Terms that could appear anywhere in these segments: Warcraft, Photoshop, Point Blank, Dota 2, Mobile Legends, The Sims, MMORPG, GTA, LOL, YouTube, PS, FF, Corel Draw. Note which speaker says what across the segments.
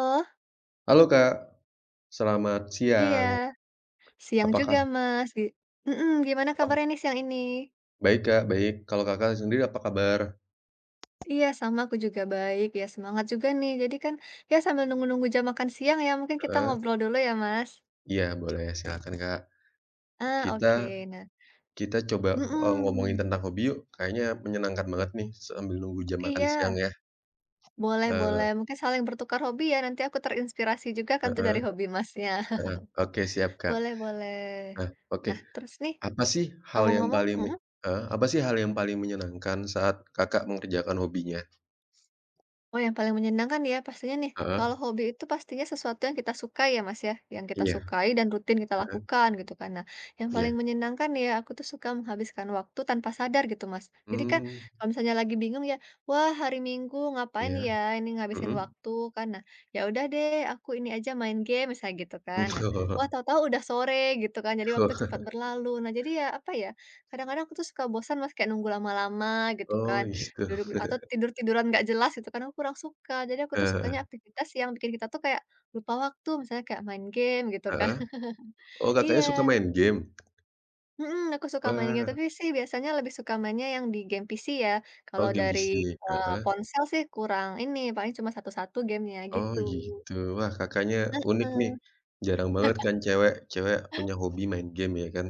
Speaker 1: Oh,
Speaker 2: Halo Kak, selamat siang.
Speaker 1: iya. Siang juga,
Speaker 2: Apakah
Speaker 1: Mas, gimana kabarnya
Speaker 2: apakah
Speaker 1: nih siang ini?
Speaker 2: baik Kak, baik. Kalau Kakak sendiri apa kabar?
Speaker 1: Iya, sama aku juga baik, ya semangat juga nih. Jadi kan, ya sambil nunggu-nunggu jam makan siang ya, mungkin kita
Speaker 2: Heeh,
Speaker 1: ngobrol dulu ya, Mas?
Speaker 2: iya boleh silakan Kak.
Speaker 1: Ah,
Speaker 2: Kita
Speaker 1: oke. Nah
Speaker 2: kita coba, ngomongin
Speaker 1: mhm,
Speaker 2: tentang hobi yuk, kayaknya menyenangkan banget nih sambil nunggu jam makan siang
Speaker 1: iya,
Speaker 2: ya.
Speaker 1: boleh boleh.
Speaker 2: Eee,
Speaker 1: Mungkin saling bertukar hobi ya, nanti aku terinspirasi juga kan tuh
Speaker 2: heeh
Speaker 1: dari hobi Masnya.
Speaker 2: heeh, oke siap Kak.
Speaker 1: Boleh boleh.
Speaker 2: Nah, oke,
Speaker 1: Nah, terus nih
Speaker 2: apa sih hal yang
Speaker 1: ngomong-ngomong?
Speaker 2: paling me heeh, apa sih hal yang paling menyenangkan saat Kakak mengerjakan hobinya?
Speaker 1: Oh, yang paling menyenangkan ya pastinya nih,
Speaker 2: Heeh,
Speaker 1: kalau hobi itu pastinya sesuatu yang kita sukai ya Mas ya, yang kita
Speaker 2: iya,
Speaker 1: sukai dan rutin kita
Speaker 2: heeh,
Speaker 1: lakukan gitu kan. Nah, yang paling
Speaker 2: iya.
Speaker 1: menyenangkan ya aku tuh suka menghabiskan waktu tanpa sadar gitu Mas. Jadi kan
Speaker 2: Mmm,
Speaker 1: kalau misalnya lagi bingung ya, wah hari Minggu ngapain
Speaker 2: iya,
Speaker 1: ya ini ngabisin
Speaker 2: mhm.
Speaker 1: waktu kan. Nah, ya udah deh aku ini aja main game misalnya gitu kan. Nah, wah
Speaker 2: Oh,
Speaker 1: tahu-tahu udah sore gitu kan. Jadi waktu cepat
Speaker 2: oh,
Speaker 1: berlalu. Nah, jadi ya apa ya, kadang-kadang aku tuh suka bosan Mas kayak nunggu lama-lama gitu
Speaker 2: oh
Speaker 1: kan.
Speaker 2: gitu.
Speaker 1: Duduk atau tidur-tiduran nggak jelas gitu kan, aku kurang suka. Jadi aku tuh sukanya
Speaker 2: Heeh
Speaker 1: aktivitas yang bikin kita tuh kayak lupa waktu, misalnya kayak main game gitu kan.
Speaker 2: heeh. Oh, Kakaknya suka
Speaker 1: Iya,
Speaker 2: main game?
Speaker 1: mhm, aku suka main game,
Speaker 2: Wah,
Speaker 1: tapi sih biasanya lebih suka mainnya yang di game PC ya.
Speaker 2: oh
Speaker 1: Kalau
Speaker 2: game
Speaker 1: dari,
Speaker 2: PC, heeh.
Speaker 1: ponsel sih kurang ini, paling cuma satu-satu gamenya
Speaker 2: Oh
Speaker 1: gitu.
Speaker 2: gitu. Wah, Kakaknya unik nih,
Speaker 1: Heeh.
Speaker 2: jarang banget kan cewek cewek punya hobi main game ya kan?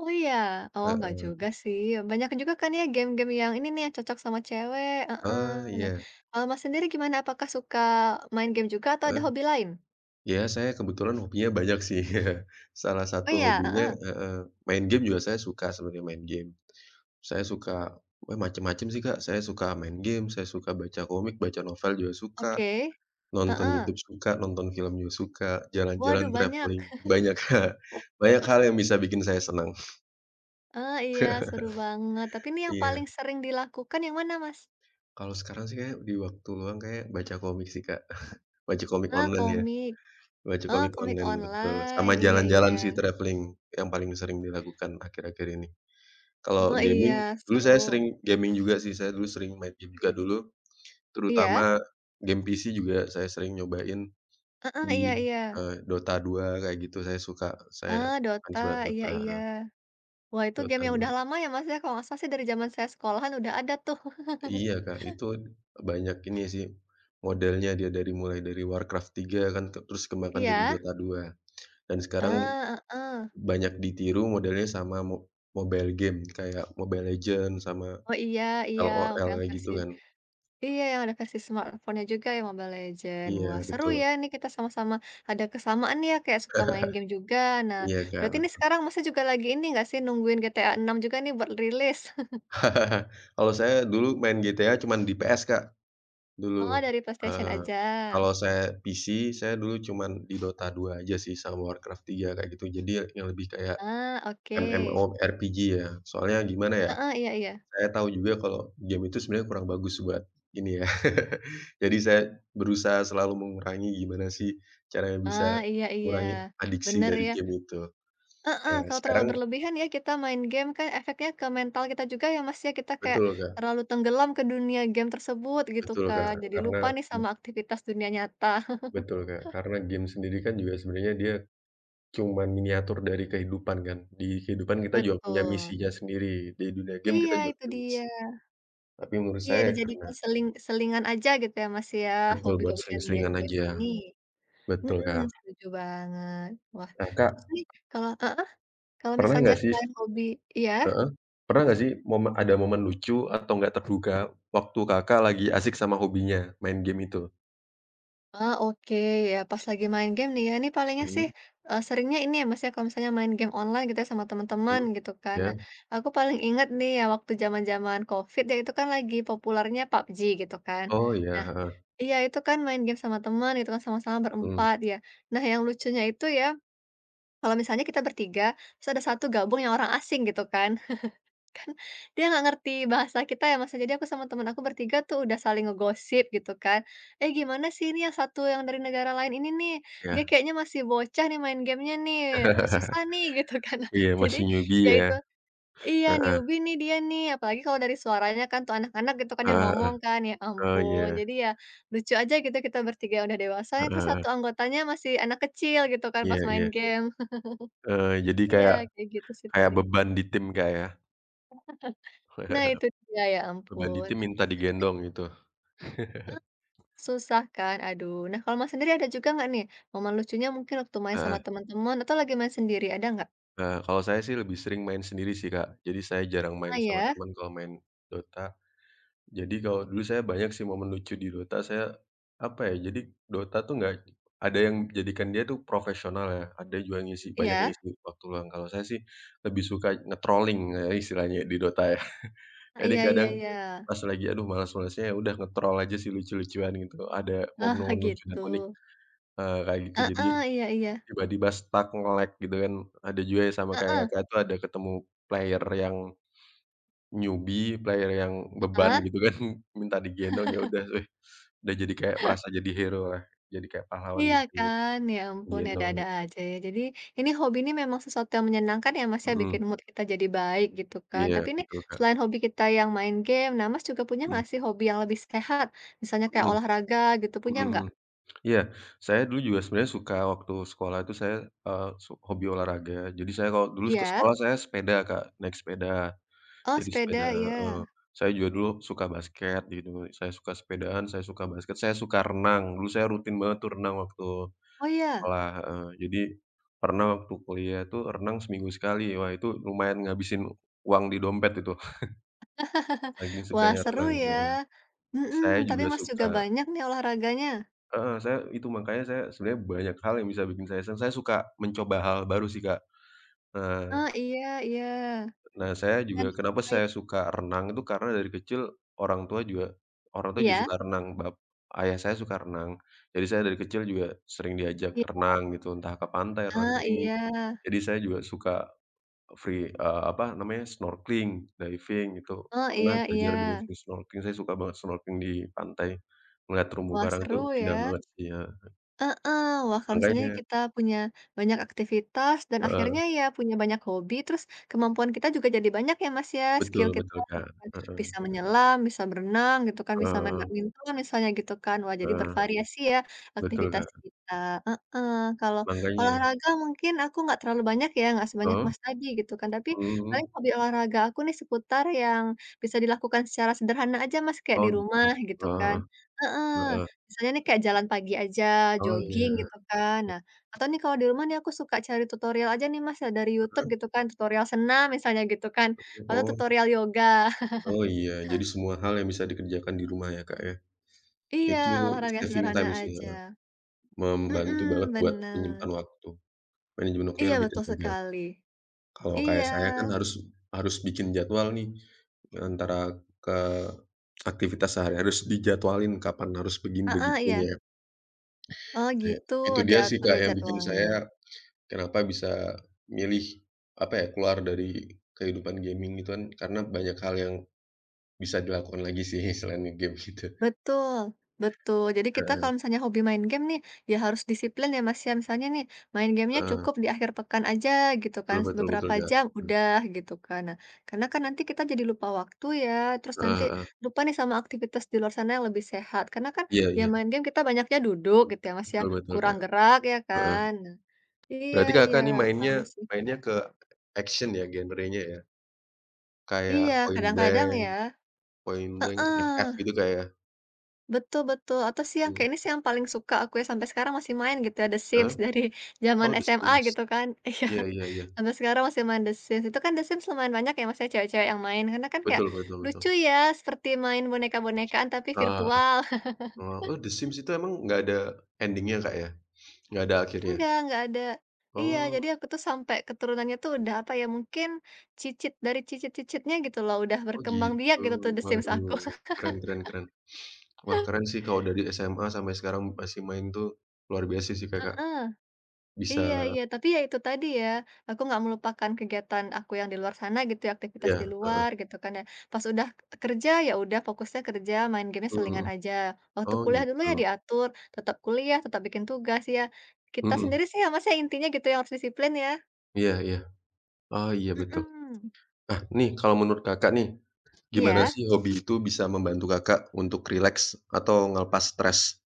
Speaker 1: Oh iya? Oh nggak
Speaker 2: Heeh.
Speaker 1: juga sih, banyak juga kan ya game-game yang ini nih yang cocok sama cewek, heeh.
Speaker 2: Oh
Speaker 1: Nah,
Speaker 2: iya,
Speaker 1: kalau Mas sendiri gimana? Apakah suka main game juga atau ada
Speaker 2: heeh.
Speaker 1: hobi lain?
Speaker 2: Ya saya kebetulan hobinya banyak sih. Salah
Speaker 1: Oh
Speaker 2: satu
Speaker 1: iya?
Speaker 2: hobinya
Speaker 1: Heeh.
Speaker 2: heeh, main game juga saya suka sebenarnya main game. Saya suka, wah macem-macem sih Kak, saya suka main game, saya suka baca komik, baca novel juga suka.
Speaker 1: Oke.
Speaker 2: Nonton
Speaker 1: Heeh.
Speaker 2: YouTube suka, nonton film juga suka,
Speaker 1: Waduh
Speaker 2: jalan-jalan,
Speaker 1: banyak.
Speaker 2: traveling, banyak Kak, banyak hal yang bisa bikin saya senang.
Speaker 1: Ah iya seru banget. Tapi ini yang
Speaker 2: Iya,
Speaker 1: paling sering dilakukan yang mana, Mas?
Speaker 2: kalau sekarang sih kayak di waktu luang kayak baca komik sih Kak, baca komik
Speaker 1: Ah,
Speaker 2: online ya,
Speaker 1: komik.
Speaker 2: baca
Speaker 1: Ah
Speaker 2: komik
Speaker 1: komik
Speaker 2: online, betul, sama
Speaker 1: online. Iya iya.
Speaker 2: jalan-jalan sih traveling yang paling sering dilakukan akhir-akhir ini. Kalau
Speaker 1: Oh, iya
Speaker 2: gaming, dulu saya
Speaker 1: seru.
Speaker 2: sering gaming juga sih, saya dulu sering main game juga dulu,
Speaker 1: Iya?
Speaker 2: terutama game PC juga saya sering nyobain
Speaker 1: Heeh, iya
Speaker 2: di,
Speaker 1: iya.
Speaker 2: Dota 2 kayak gitu, saya suka, saya
Speaker 1: Ah, Dota.
Speaker 2: fans berat
Speaker 1: Iya iya.
Speaker 2: Dota.
Speaker 1: Wah itu game
Speaker 2: Dota
Speaker 1: yang
Speaker 2: dua,
Speaker 1: udah lama ya, Mas, ya? Kalau nggak salah sih dari zaman saya sekolahan udah ada tuh.
Speaker 2: Iya, Kak, itu banyak ini sih, modelnya dia dari mulai dari Warcraft tiga kan ke terus kembangkan jadi
Speaker 1: Iya?
Speaker 2: Dota dua dan sekarang
Speaker 1: Ah, heeh.
Speaker 2: banyak ditiru modelnya sama mobile game kayak Mobile Legends sama
Speaker 1: Oh iya iya,
Speaker 2: LOL
Speaker 1: yang
Speaker 2: kayak gitu
Speaker 1: versi.
Speaker 2: kan.
Speaker 1: Iya, yang ada versi smartphone-nya juga ya Mobile Legend. Wah,
Speaker 2: Iya,
Speaker 1: seru
Speaker 2: betul.
Speaker 1: ya ini kita sama-sama ada kesamaan nih ya kayak suka main game juga. Nah,
Speaker 2: Iya, Kak,
Speaker 1: berarti ini
Speaker 2: betul.
Speaker 1: sekarang masih juga lagi ini nggak sih nungguin GTA 6 juga nih buat rilis?
Speaker 2: Kalau saya dulu main GTA cuman di PS, Kak,
Speaker 1: Oh,
Speaker 2: dulu.
Speaker 1: dari PlayStation
Speaker 2: Heeh.
Speaker 1: aja.
Speaker 2: Kalau saya PC, saya dulu cuman di Dota dua aja sih sama Warcraft tiga kayak gitu. Jadi yang lebih kayak
Speaker 1: Ah, oke.
Speaker 2: MMORPG ya, soalnya gimana ya,
Speaker 1: Heeh, iya iya.
Speaker 2: saya tahu juga kalau game itu sebenarnya kurang bagus buat ini ya, jadi saya berusaha selalu mengurangi gimana sih caranya bisa
Speaker 1: Ah, iya iya.
Speaker 2: mengurangi adiksi
Speaker 1: Bener
Speaker 2: dari
Speaker 1: ya.
Speaker 2: game itu.
Speaker 1: Heeh,
Speaker 2: Ya
Speaker 1: kalau terlalu
Speaker 2: sekarang
Speaker 1: berlebihan ya kita main game kan efeknya ke mental kita juga ya Mas ya. Kita kayak
Speaker 2: betul Kak
Speaker 1: terlalu tenggelam ke dunia game tersebut gitu
Speaker 2: betul
Speaker 1: kan.
Speaker 2: Kak,
Speaker 1: Jadi
Speaker 2: karena
Speaker 1: lupa nih
Speaker 2: mmm,
Speaker 1: sama aktivitas dunia nyata.
Speaker 2: betul Kak, karena game sendiri kan juga sebenarnya dia cuman miniatur dari kehidupan kan, di kehidupan kita juga punya
Speaker 1: Betul.
Speaker 2: misinya sendiri, di dunia game kita
Speaker 1: Iya
Speaker 2: juga
Speaker 1: itu
Speaker 2: punya
Speaker 1: dia.
Speaker 2: misi. Tapi menurut
Speaker 1: Iya
Speaker 2: saya karena
Speaker 1: dijadikan selingan aja gitu ya Mas ya,
Speaker 2: betul buat
Speaker 1: hobi-hobi dan
Speaker 2: sering-seringan
Speaker 1: game-game
Speaker 2: aja,
Speaker 1: ini.
Speaker 2: betul
Speaker 1: Mhm,
Speaker 2: Kak.
Speaker 1: setuju banget. Wah,
Speaker 2: Nah
Speaker 1: terus
Speaker 2: Kak
Speaker 1: nih heeh, kalau
Speaker 2: Pernah
Speaker 1: misalnya
Speaker 2: nggak sih
Speaker 1: selain hobi. Iya?
Speaker 2: heeh, pernah nggak sih momen ada momen lucu atau nggak terduga waktu Kakak lagi asik sama hobinya, main game itu?
Speaker 1: Ah, oke, ya pas lagi main game nih ya, ini palingnya sih,
Speaker 2: Mhm
Speaker 1: seringnya ini ya Mas ya kalau misalnya main game online gitu ya sama teman-teman
Speaker 2: mhm,
Speaker 1: gitu kan.
Speaker 2: iya,
Speaker 1: Nah, aku paling inget nih ya waktu zaman-zaman COVID ya itu kan lagi populernya PUBG gitu kan.
Speaker 2: oh iya,
Speaker 1: Nah,
Speaker 2: heeh,
Speaker 1: iya, itu kan main game sama teman gitu kan, sama-sama
Speaker 2: mhm,
Speaker 1: berempat ya. Nah, yang lucunya itu ya, kalau misalnya kita bertiga, terus ada
Speaker 2: iya
Speaker 1: satu gabung yang orang asing gitu kan. Dia nggak ngerti bahasa kita ya, Mas, ya. Jadi aku sama teman aku bertiga tuh udah saling ngegosip gitu kan. Eh, gimana sih ini yang satu yang dari negara lain ini nih? Dia
Speaker 2: iya.
Speaker 1: kayaknya masih bocah nih main gamenya nih, susah nih gitu kan.
Speaker 2: Iya,
Speaker 1: Jadi,
Speaker 2: masih
Speaker 1: ya
Speaker 2: newbie ya,
Speaker 1: itu, iya,
Speaker 2: heeh
Speaker 1: newbie nih dia nih, apalagi kalau dari suaranya kan tuh anak-anak gitu kan yang
Speaker 2: heeh heeh,
Speaker 1: ngomong kan, ya
Speaker 2: oh iya,
Speaker 1: ampun. Jadi ya lucu aja gitu kita bertiga yang udah dewasa,
Speaker 2: heeh
Speaker 1: terus satu
Speaker 2: heeh,
Speaker 1: anggotanya masih anak kecil gitu kan
Speaker 2: iya
Speaker 1: pas main
Speaker 2: iya,
Speaker 1: game.
Speaker 2: jadi
Speaker 1: Iya,
Speaker 2: kayak
Speaker 1: kayak gitu sih
Speaker 2: kayak
Speaker 1: paling.
Speaker 2: beban di tim Kak ya?
Speaker 1: Nah itu dia, ya
Speaker 2: Beban di
Speaker 1: ampun.
Speaker 2: tim minta digendong gitu,
Speaker 1: Susah kan, aduh. Nah kalau Mas sendiri ada juga nggak nih, momen lucunya mungkin waktu main sama
Speaker 2: heeh
Speaker 1: teman-teman atau lagi main sendiri, ada nggak?
Speaker 2: heeh, kalau saya sih lebih sering main sendiri sih Kak, jadi saya jarang main
Speaker 1: Ah
Speaker 2: sama
Speaker 1: ya?
Speaker 2: teman kalau main Dota. Jadi kalau dulu saya banyak sih momen lucu di Dota, saya apa ya, jadi Dota tuh nggak ada yang jadikan dia tuh profesional ya, ada juga yang ngisi banyak yang
Speaker 1: Iya?
Speaker 2: ngisi waktu luang. Kalau saya sih lebih suka nge-trolling ya istilahnya di Dota ya.
Speaker 1: Ah,
Speaker 2: Jadi
Speaker 1: iya iya
Speaker 2: kadang
Speaker 1: iya.
Speaker 2: pas lagi aduh malas-malasnya ya udah nge-troll aja sih lucu-lucuan gitu, ada
Speaker 1: Ah
Speaker 2: momen-momen lucu dan
Speaker 1: gitu.
Speaker 2: unik, kayak gitu.
Speaker 1: Ah
Speaker 2: Jadi
Speaker 1: ah, iya iya.
Speaker 2: tiba-tiba stuck, nge-lag gitu kan, ada juga ya sama
Speaker 1: Ah
Speaker 2: kayak
Speaker 1: ah.
Speaker 2: Kakak tuh ada ketemu player yang Newbie, player yang beban
Speaker 1: Ah, ah.
Speaker 2: gitu kan, minta digendong, ya udah weh, udah jadi kayak merasa jadi hero lah, jadi kayak pahlawan
Speaker 1: Iya
Speaker 2: gitu,
Speaker 1: kan, ya ampun ya
Speaker 2: gendong
Speaker 1: ada-ada
Speaker 2: gitu.
Speaker 1: aja ya. Jadi ini hobi ini memang sesuatu yang menyenangkan ya Mas ya,
Speaker 2: Mhm,
Speaker 1: bikin mood kita jadi baik gitu kan.
Speaker 2: iya
Speaker 1: Tapi ini
Speaker 2: betul, Kak,
Speaker 1: selain hobi kita yang main game, nah Mas juga punya
Speaker 2: mhm
Speaker 1: nggak sih hobi yang lebih sehat? Misalnya kayak
Speaker 2: mhm
Speaker 1: olahraga gitu, punya
Speaker 2: mhm
Speaker 1: nggak?
Speaker 2: mhm. Iya, saya dulu juga sebenarnya suka waktu sekolah itu saya, eee, su hobi olahraga, jadi saya kalau dulu ke
Speaker 1: Iya?
Speaker 2: sekolah saya sepeda, Kak, naik sepeda.
Speaker 1: Oh
Speaker 2: Jadi
Speaker 1: sepeda,
Speaker 2: sepeda
Speaker 1: ya.
Speaker 2: heeh. Saya juga dulu suka basket gitu, saya suka sepedaan, saya suka basket, saya suka renang. Dulu saya rutin banget tuh renang waktu
Speaker 1: Oh iya?
Speaker 2: sekolah heeh. Jadi pernah waktu kuliah tuh renang seminggu sekali. Wah, itu lumayan ngabisin uang di dompet itu, saking
Speaker 1: Wah
Speaker 2: sukanya
Speaker 1: seru
Speaker 2: renang, heeh.
Speaker 1: ya.
Speaker 2: Saya
Speaker 1: Mhm, tapi
Speaker 2: juga
Speaker 1: Mas juga
Speaker 2: suka
Speaker 1: banyak nih olahraganya.
Speaker 2: heeh, saya itu makanya saya sebenarnya banyak hal yang bisa bikin saya senang. Saya suka mencoba hal baru sih, Kak. Nah
Speaker 1: Ah iya iya.
Speaker 2: Nah, saya
Speaker 1: Kan
Speaker 2: juga kenapa
Speaker 1: apa ya,
Speaker 2: saya suka renang itu karena dari kecil orang tua juga orang tua juga
Speaker 1: iya?
Speaker 2: suka renang, ayah saya suka renang. Jadi saya dari kecil juga sering diajak
Speaker 1: Iya.
Speaker 2: renang gitu, entah ke pantai, renang
Speaker 1: Ah
Speaker 2: ke ini.
Speaker 1: iya.
Speaker 2: Jadi saya juga suka free, eee, apa namanya, snorkeling, diving gitu
Speaker 1: Oh
Speaker 2: pernah
Speaker 1: iya iya.
Speaker 2: belajar diving, snorkeling, saya suka banget snorkeling di pantai, ngeliat terumbu
Speaker 1: Wah
Speaker 2: karang itu
Speaker 1: seru
Speaker 2: indah
Speaker 1: ya.
Speaker 2: banget sih, heeh.
Speaker 1: Heeh, wah kalau misalnya
Speaker 2: Makanya
Speaker 1: kita punya banyak aktivitas dan akhirnya
Speaker 2: heeh,
Speaker 1: ya punya banyak hobi, terus kemampuan kita juga jadi banyak ya Mas ya, skill
Speaker 2: betul
Speaker 1: kita
Speaker 2: betul,
Speaker 1: gitu
Speaker 2: Kak,
Speaker 1: kan. Bisa menyelam, bisa berenang gitu kan, bisa
Speaker 2: heeh
Speaker 1: main
Speaker 2: heeh
Speaker 1: badminton misalnya gitu kan. Wah jadi
Speaker 2: heeh,
Speaker 1: bervariasi ya
Speaker 2: betul,
Speaker 1: aktivitas
Speaker 2: Kak,
Speaker 1: kita, heeh. Kalau
Speaker 2: makanya
Speaker 1: olahraga mungkin aku nggak terlalu banyak ya, nggak sebanyak
Speaker 2: heeh,
Speaker 1: Mas tadi gitu kan, tapi
Speaker 2: mhm
Speaker 1: paling
Speaker 2: mhm.
Speaker 1: hobi olahraga aku nih seputar yang bisa dilakukan secara sederhana aja Mas, kayak di
Speaker 2: Oh gitu,
Speaker 1: rumah gitu kan.
Speaker 2: heeh heeh
Speaker 1: Heeh.
Speaker 2: heeh.
Speaker 1: Misalnya nih kayak jalan pagi aja,
Speaker 2: Oh iya,
Speaker 1: jogging gitu kan. Nah, atau nih kalau di rumah nih aku suka cari tutorial aja nih Mas, ya dari YouTube
Speaker 2: Heeh.
Speaker 1: gitu kan, tutorial senam misalnya gitu kan, atau
Speaker 2: oh
Speaker 1: tutorial yoga.
Speaker 2: oh iya, jadi semua hal yang bisa dikerjakan di rumah ya, Kak, ya,
Speaker 1: Iya,
Speaker 2: itu
Speaker 1: olahraga
Speaker 2: saving
Speaker 1: sederhana
Speaker 2: time sih, heeh,
Speaker 1: aja.
Speaker 2: membantu banget
Speaker 1: Mhm,
Speaker 2: buat
Speaker 1: bener.
Speaker 2: menyimpan waktu, manajemen waktunya
Speaker 1: Iya,
Speaker 2: lebih
Speaker 1: betul
Speaker 2: terjaga.
Speaker 1: sekali.
Speaker 2: Kalau kayak
Speaker 1: Iya,
Speaker 2: saya kan harus harus bikin jadwal nih, antara ke aktivitas sehari harus dijadwalin kapan harus begini
Speaker 1: ah ah, iya.
Speaker 2: begitunya,
Speaker 1: Oh
Speaker 2: kayak
Speaker 1: gitu,
Speaker 2: itu dia sih,
Speaker 1: diatur
Speaker 2: Kak,
Speaker 1: ya
Speaker 2: yang bikin
Speaker 1: jadwalnya.
Speaker 2: saya kenapa bisa milih, apa ya, keluar dari kehidupan gaming itu kan karena banyak hal yang Bisa dilakukan lagi sih selain nge-game gitu.
Speaker 1: Betul, betul. Jadi kita
Speaker 2: Heeh
Speaker 1: kalau misalnya hobi main game nih, ya harus disiplin ya Mas ya. Misalnya nih, main gamenya
Speaker 2: heeh,
Speaker 1: cukup di akhir pekan aja gitu kan,
Speaker 2: betul betul betul,
Speaker 1: beberapa
Speaker 2: Kak,
Speaker 1: jam
Speaker 2: mhm,
Speaker 1: udah gitu kan. Nah, karena kan nanti kita jadi lupa waktu ya, terus nanti
Speaker 2: heeh heeh,
Speaker 1: lupa nih sama aktivitas di luar sana yang lebih sehat. Karena kan
Speaker 2: iya
Speaker 1: ya
Speaker 2: iya,
Speaker 1: main game kita banyaknya duduk gitu ya Mas ya,
Speaker 2: betul betul,
Speaker 1: kurang
Speaker 2: Kak,
Speaker 1: gerak ya
Speaker 2: heeh.
Speaker 1: kan. Nah, iya,
Speaker 2: Berarti
Speaker 1: iya,
Speaker 2: Kakak nih mainnya
Speaker 1: sama sih.
Speaker 2: mainnya ke action ya genrenya ya? Kayak
Speaker 1: Iya, kadang-kadang ya.
Speaker 2: Point Blank, FF
Speaker 1: Heeh.
Speaker 2: gitu, Kak, ya?
Speaker 1: Betul betul, atau sih yang kayak
Speaker 2: Mmm,
Speaker 1: ini sih yang paling suka aku ya, sampai sekarang masih main gitu ya, The Sims
Speaker 2: heeh?
Speaker 1: dari zaman
Speaker 2: Oh, The
Speaker 1: SMA
Speaker 2: Sims.
Speaker 1: gitu kan. Iya,
Speaker 2: Iya iya iya,
Speaker 1: sampai sekarang masih main The Sims. Itu kan The Sims lumayan banyak ya, Mas, ya, cewek-cewek yang main, karena kan kayak
Speaker 2: betul betul betul,
Speaker 1: lucu ya, seperti main boneka-bonekaan tapi
Speaker 2: heeh heeh,
Speaker 1: virtual.
Speaker 2: oh, The Sims itu emang nggak ada ending-nya, Kak, ya? Nggak ada akhirnya?
Speaker 1: Enggak ada. Iya, jadi
Speaker 2: Oh
Speaker 1: aku tuh sampai keturunannya tuh udah apa ya, mungkin cicit dari cicit-cicitnya gitu loh, udah
Speaker 2: oh,
Speaker 1: berkembang biak
Speaker 2: gitu,
Speaker 1: gitu tuh The Sims
Speaker 2: waduh,
Speaker 1: aku.
Speaker 2: keren keren keren. Wah, keren sih kalau dari SMA sampai sekarang masih main tuh luar biasa sih Kakak,
Speaker 1: Heeh.
Speaker 2: bisa
Speaker 1: Iya iya, tapi ya itu tadi ya, aku nggak melupakan kegiatan aku yang di luar sana gitu ya, aktivitas di
Speaker 2: iya, heeh,
Speaker 1: luar gitu kan ya. Pas udah kerja, ya udah fokusnya kerja, main gamenya
Speaker 2: mhm
Speaker 1: selingan
Speaker 2: mhm.
Speaker 1: aja. Waktu
Speaker 2: Oh
Speaker 1: kuliah dulu
Speaker 2: gitu,
Speaker 1: ya diatur, tetap kuliah, tetap bikin tugas ya. Kita
Speaker 2: mhm,
Speaker 1: sendiri sih ya Mas ya, intinya gitu yang harus disiplin ya.
Speaker 2: iya iya, oh iya betul.
Speaker 1: Mhm,
Speaker 2: Nah nih kalau menurut Kakak nih, gimana
Speaker 1: iya?
Speaker 2: sih hobi itu bisa membantu Kakak untuk rileks atau ngelepas stres?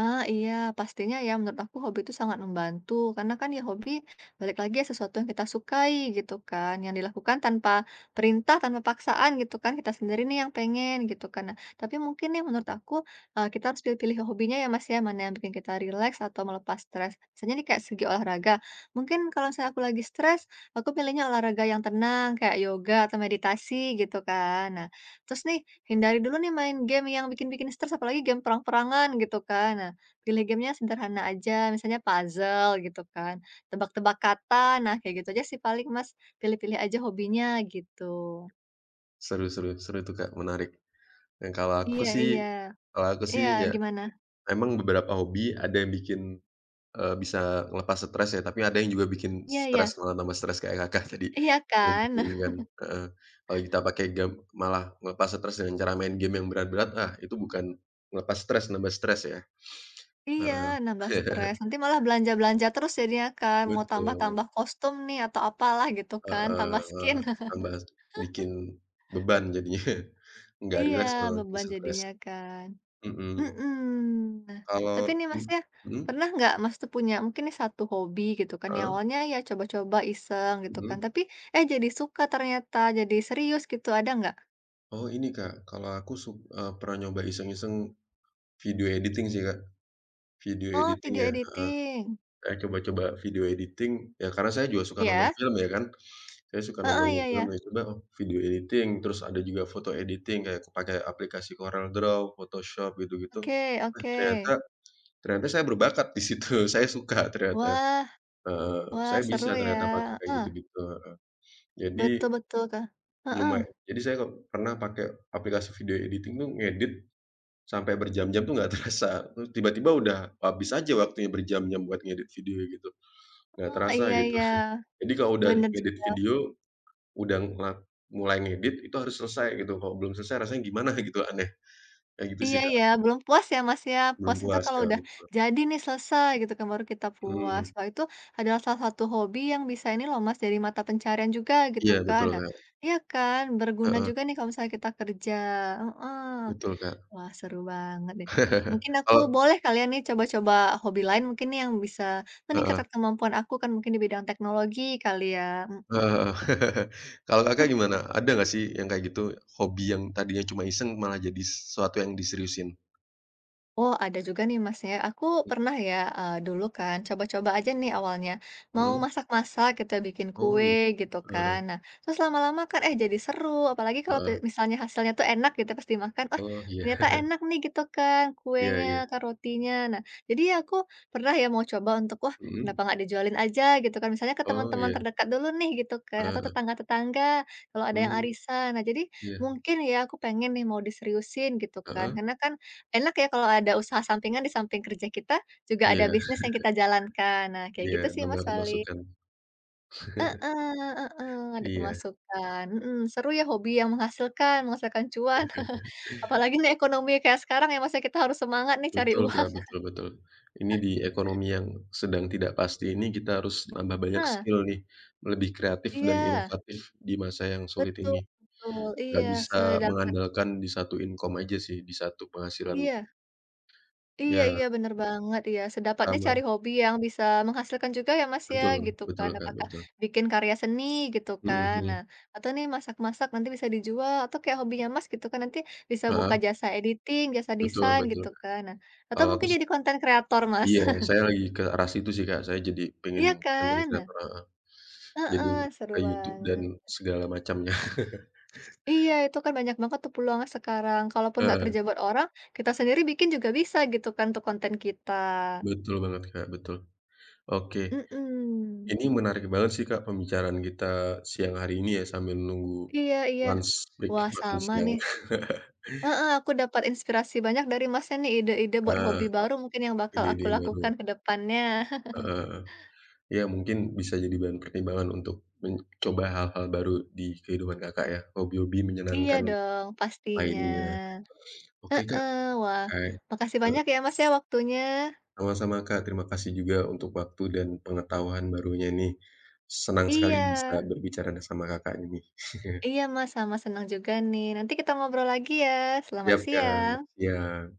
Speaker 1: Ah, iya, pastinya ya menurut aku hobi itu sangat membantu karena kan ya hobi balik lagi ya sesuatu yang kita sukai gitu kan, yang dilakukan tanpa perintah, tanpa paksaan gitu kan, kita sendiri nih yang pengen gitu kan. Nah, tapi mungkin nih menurut aku kita harus pilih-pilih hobinya ya Mas ya, mana yang bikin kita rileks atau melepas stres. Misalnya nih kayak segi olahraga, mungkin kalau aku lagi stres, aku pilihnya olahraga yang tenang kayak yoga atau meditasi gitu kan. Nah, terus nih hindari dulu nih main game yang bikin-bikin stres, apalagi game perang-perangan gitu kan. Nah, pilih gamenya sederhana aja, misalnya puzzle gitu kan, tebak-tebak kata, nah kayak gitu aja sih paling Mas, pilih-pilih aja hobinya gitu.
Speaker 2: Seru seru seru tuh Kak, menarik. Dan kalau aku
Speaker 1: Iya
Speaker 2: sih
Speaker 1: iya.
Speaker 2: kalau aku
Speaker 1: Iya,
Speaker 2: sih ya
Speaker 1: gimana?
Speaker 2: emang beberapa hobi ada yang bikin bisa ngelepas stres ya, tapi ada yang juga bikin
Speaker 1: Iya iya.
Speaker 2: stres, malah nambah stres kayak Kakak tadi,
Speaker 1: Iya kan? Nah
Speaker 2: nge-game kan, heeh. Kalau kita pakai game malah ngelepas stres dengan cara main game yang berat-berat, ah itu bukan ngelepas stres, nambah stres ya,
Speaker 1: iya,
Speaker 2: heeh.
Speaker 1: nambah stres, nanti malah belanja-belanja terus jadinya kan, mau
Speaker 2: Betul,
Speaker 1: tambah-tambah kostum nih atau apalah gitu kan,
Speaker 2: heeh
Speaker 1: tambah
Speaker 2: heeh,
Speaker 1: skin.
Speaker 2: tambah bikin beban jadinya, nggak
Speaker 1: Iya,
Speaker 2: rileks malah bikin
Speaker 1: beban
Speaker 2: stres,
Speaker 1: jadinya kan.
Speaker 2: mhm.
Speaker 1: Mhm. Nah,
Speaker 2: Kalau
Speaker 1: tapi nih
Speaker 2: i
Speaker 1: Masnya,
Speaker 2: mhm,
Speaker 1: pernah nggak Mas tuh punya mungkin nih satu hobi gitu kan, yang
Speaker 2: heeh,
Speaker 1: awalnya ya coba-coba iseng gitu kan,
Speaker 2: mhm.
Speaker 1: tapi eh jadi suka ternyata, jadi serius gitu, ada nggak?
Speaker 2: Oh ini Kak, kalau aku suk eee, pernah nyoba iseng-iseng video editing sih Kak. Video
Speaker 1: Oh,
Speaker 2: editing
Speaker 1: video
Speaker 2: ya, heeh.
Speaker 1: editing.
Speaker 2: Saya coba-coba video editing, ya karena saya juga suka nonton
Speaker 1: Iya?
Speaker 2: film ya kan, saya suka
Speaker 1: Heeh,
Speaker 2: nontonin
Speaker 1: iya
Speaker 2: film
Speaker 1: iya.
Speaker 2: ya coba, oh video editing, terus ada juga foto editing kayak pakai aplikasi Corel Draw, Photoshop gitu-gitu.
Speaker 1: Oke
Speaker 2: Nah
Speaker 1: oke.
Speaker 2: ternyata ternyata saya berbakat di situ, saya suka ternyata,
Speaker 1: Wah
Speaker 2: heeh,
Speaker 1: wah
Speaker 2: saya
Speaker 1: seru
Speaker 2: bisa
Speaker 1: ya.
Speaker 2: ternyata pakai kayak
Speaker 1: Heeh.
Speaker 2: gitu-gitu, heeh. Jadi
Speaker 1: Betul betul, Kak. Heeh.
Speaker 2: lumaya jadi saya kok pernah pakai aplikasi video editing tuh ngedit sampai berjam-jam tuh nggak terasa, terus tiba-tiba udah habis aja waktunya berjam-jam buat ngedit video gitu. Nggak
Speaker 1: Oh,
Speaker 2: terasa
Speaker 1: iya
Speaker 2: gitu.
Speaker 1: iya.
Speaker 2: Jadi kalau udah
Speaker 1: Bener.
Speaker 2: ngedit video, udah ngelak mulai ngedit itu harus selesai gitu, kalau belum selesai rasanya gimana gitu, aneh. Kayak gitu
Speaker 1: Iya
Speaker 2: sih, Kak,
Speaker 1: ya, belum puas ya, Mas, ya.
Speaker 2: belum
Speaker 1: Puas itu
Speaker 2: puas,
Speaker 1: kalau
Speaker 2: Kak,
Speaker 1: udah
Speaker 2: betul.
Speaker 1: jadi nih, selesai gitu kan, baru kita puas.
Speaker 2: Mhm,
Speaker 1: Wah, itu adalah salah satu hobi yang bisa ini loh, Mas, dari mata pencarian juga gitu
Speaker 2: iya
Speaker 1: kan.
Speaker 2: betul,
Speaker 1: Nah,
Speaker 2: Kak,
Speaker 1: mhm, iya kan, berguna
Speaker 2: heeh,
Speaker 1: juga nih kalau misalnya kita kerja, heeh.
Speaker 2: betul, Kak.
Speaker 1: Wah, seru banget deh. Mungkin aku
Speaker 2: Kalau
Speaker 1: boleh kalian nih coba-coba hobi lain mungkin nih yang bisa
Speaker 2: heeh,
Speaker 1: meningkatkan kemampuan aku kan mungkin di bidang teknologi kali ya? Mhm.
Speaker 2: heeh heeh. Kalau Kakak gimana? Ada nggak sih yang kayak gitu, hobi yang tadinya cuma iseng malah jadi sesuatu yang diseriusin?
Speaker 1: Oh, ada juga nih, Mas, ya. Aku pernah ya, dulu kan coba-coba aja nih awalnya, mau
Speaker 2: Mhm,
Speaker 1: masak-masak gitu ya, bikin
Speaker 2: oh
Speaker 1: kue
Speaker 2: gitu,
Speaker 1: gitu kan.
Speaker 2: heeh
Speaker 1: Nah, terus lama-lama kan, eh, jadi seru, apalagi kalau
Speaker 2: heeh,
Speaker 1: misalnya hasilnya tuh enak gitu pas dimakan, "Wah,
Speaker 2: oh iya,
Speaker 1: ternyata enak nih," gitu kan,
Speaker 2: iya
Speaker 1: kuenya
Speaker 2: iya,
Speaker 1: kan, rotinya. Nah, jadi ya aku pernah ya mau coba untuk, "Wah,
Speaker 2: mhm,
Speaker 1: kenapa nggak dijualin aja?" Gitu kan, misalnya ke
Speaker 2: oh
Speaker 1: teman-teman
Speaker 2: iya,
Speaker 1: terdekat dulu nih gitu kan,
Speaker 2: heeh
Speaker 1: atau
Speaker 2: heeh,
Speaker 1: tetangga-tetangga kalau ada yang
Speaker 2: mmm,
Speaker 1: arisan. Nah, jadi
Speaker 2: iya,
Speaker 1: mungkin ya aku pengen nih mau diseriusin gitu kan,
Speaker 2: heeh.
Speaker 1: karena kan enak ya kalau ada usaha sampingan di samping kerja kita, juga ada
Speaker 2: Iya
Speaker 1: bisnis yang kita jalankan. Nah, kayak
Speaker 2: iya,
Speaker 1: gitu sih Mas
Speaker 2: nambah
Speaker 1: paling.
Speaker 2: pemasukan.
Speaker 1: Heeh heeh, ada
Speaker 2: Iya,
Speaker 1: pemasukan, mhm, seru ya hobi yang menghasilkan menghasilkan cuan. Apalagi nih ekonomi kayak sekarang ya masa kita harus semangat nih cari
Speaker 2: betul
Speaker 1: uang.
Speaker 2: Kak, betul betul. Ini di ekonomi yang sedang tidak pasti ini kita harus nambah banyak
Speaker 1: Nah,
Speaker 2: skill nih, lebih kreatif dan
Speaker 1: iya,
Speaker 2: inovatif di masa yang sulit
Speaker 1: betul
Speaker 2: ini.
Speaker 1: betul,
Speaker 2: Gak
Speaker 1: iya,
Speaker 2: bisa
Speaker 1: sedapat
Speaker 2: mengandalkan di satu income aja sih, di satu penghasilan
Speaker 1: iya. Iya
Speaker 2: ya
Speaker 1: iya, bener banget, iya. Sedapatnya
Speaker 2: sama.
Speaker 1: cari hobi yang bisa menghasilkan juga ya, Mas, ya,
Speaker 2: Betul
Speaker 1: gitu
Speaker 2: betul
Speaker 1: kan.
Speaker 2: Kak,
Speaker 1: Apakah
Speaker 2: betul.
Speaker 1: bikin karya seni gitu
Speaker 2: Mhm
Speaker 1: kan.
Speaker 2: mhm.
Speaker 1: Nah, atau nih masak-masak nanti bisa dijual, atau kayak hobinya Mas gitu kan, nanti bisa buka
Speaker 2: Heeh,
Speaker 1: jasa editing, jasa
Speaker 2: betul
Speaker 1: desain
Speaker 2: betul.
Speaker 1: gitu kan. Nah, atau
Speaker 2: Kalau aku
Speaker 1: mungkin
Speaker 2: sih
Speaker 1: jadi konten kreator, Mas.
Speaker 2: iya, saya lagi ke arah situ sih Kak, saya jadi pengen
Speaker 1: Iya
Speaker 2: content
Speaker 1: kan?
Speaker 2: creator heeh.
Speaker 1: Nah
Speaker 2: Jadi
Speaker 1: heeh, seru
Speaker 2: ke YouTube dan
Speaker 1: banget.
Speaker 2: segala macamnya.
Speaker 1: Iya, itu kan banyak banget tuh peluangnya sekarang. Kalaupun nggak
Speaker 2: Heeh.
Speaker 1: kerja buat orang, kita sendiri bikin juga bisa gitu kan untuk konten kita.
Speaker 2: Betul banget, Kak, betul. Oke,
Speaker 1: Mhm.
Speaker 2: ini menarik banget sih, Kak, pembicaraan kita siang hari ini ya, sambil nunggu
Speaker 1: Iya iya.
Speaker 2: lunch break
Speaker 1: Wah,
Speaker 2: makan
Speaker 1: sama
Speaker 2: siang.
Speaker 1: nih. Heeh, aku dapat inspirasi banyak dari Masnya nih, ide-ide buat
Speaker 2: Heeh,
Speaker 1: hobi baru mungkin yang bakal
Speaker 2: ide-ide
Speaker 1: aku
Speaker 2: yang baru,
Speaker 1: lakukan ke depannya.
Speaker 2: heeh Ya mungkin bisa jadi bahan pertimbangan untuk mencoba hal-hal baru di kehidupan Kakak ya, hobi-hobi
Speaker 1: Iya
Speaker 2: menyenangkan
Speaker 1: dong, pastinya.
Speaker 2: lainnya. Oke, Kak,
Speaker 1: Heeh, wah,
Speaker 2: eee,
Speaker 1: makasih
Speaker 2: eee,
Speaker 1: banyak ya Mas ya waktunya.
Speaker 2: sama-sama, Kak, terima kasih juga untuk waktu dan pengetahuan barunya nih. Senang sekali
Speaker 1: Iya,
Speaker 2: bisa berbicara sama Kakak ini.
Speaker 1: iya Mas, sama senang juga nih. Nanti kita ngobrol lagi ya. Selamat
Speaker 2: Siap, Kak,
Speaker 1: siang.
Speaker 2: siap.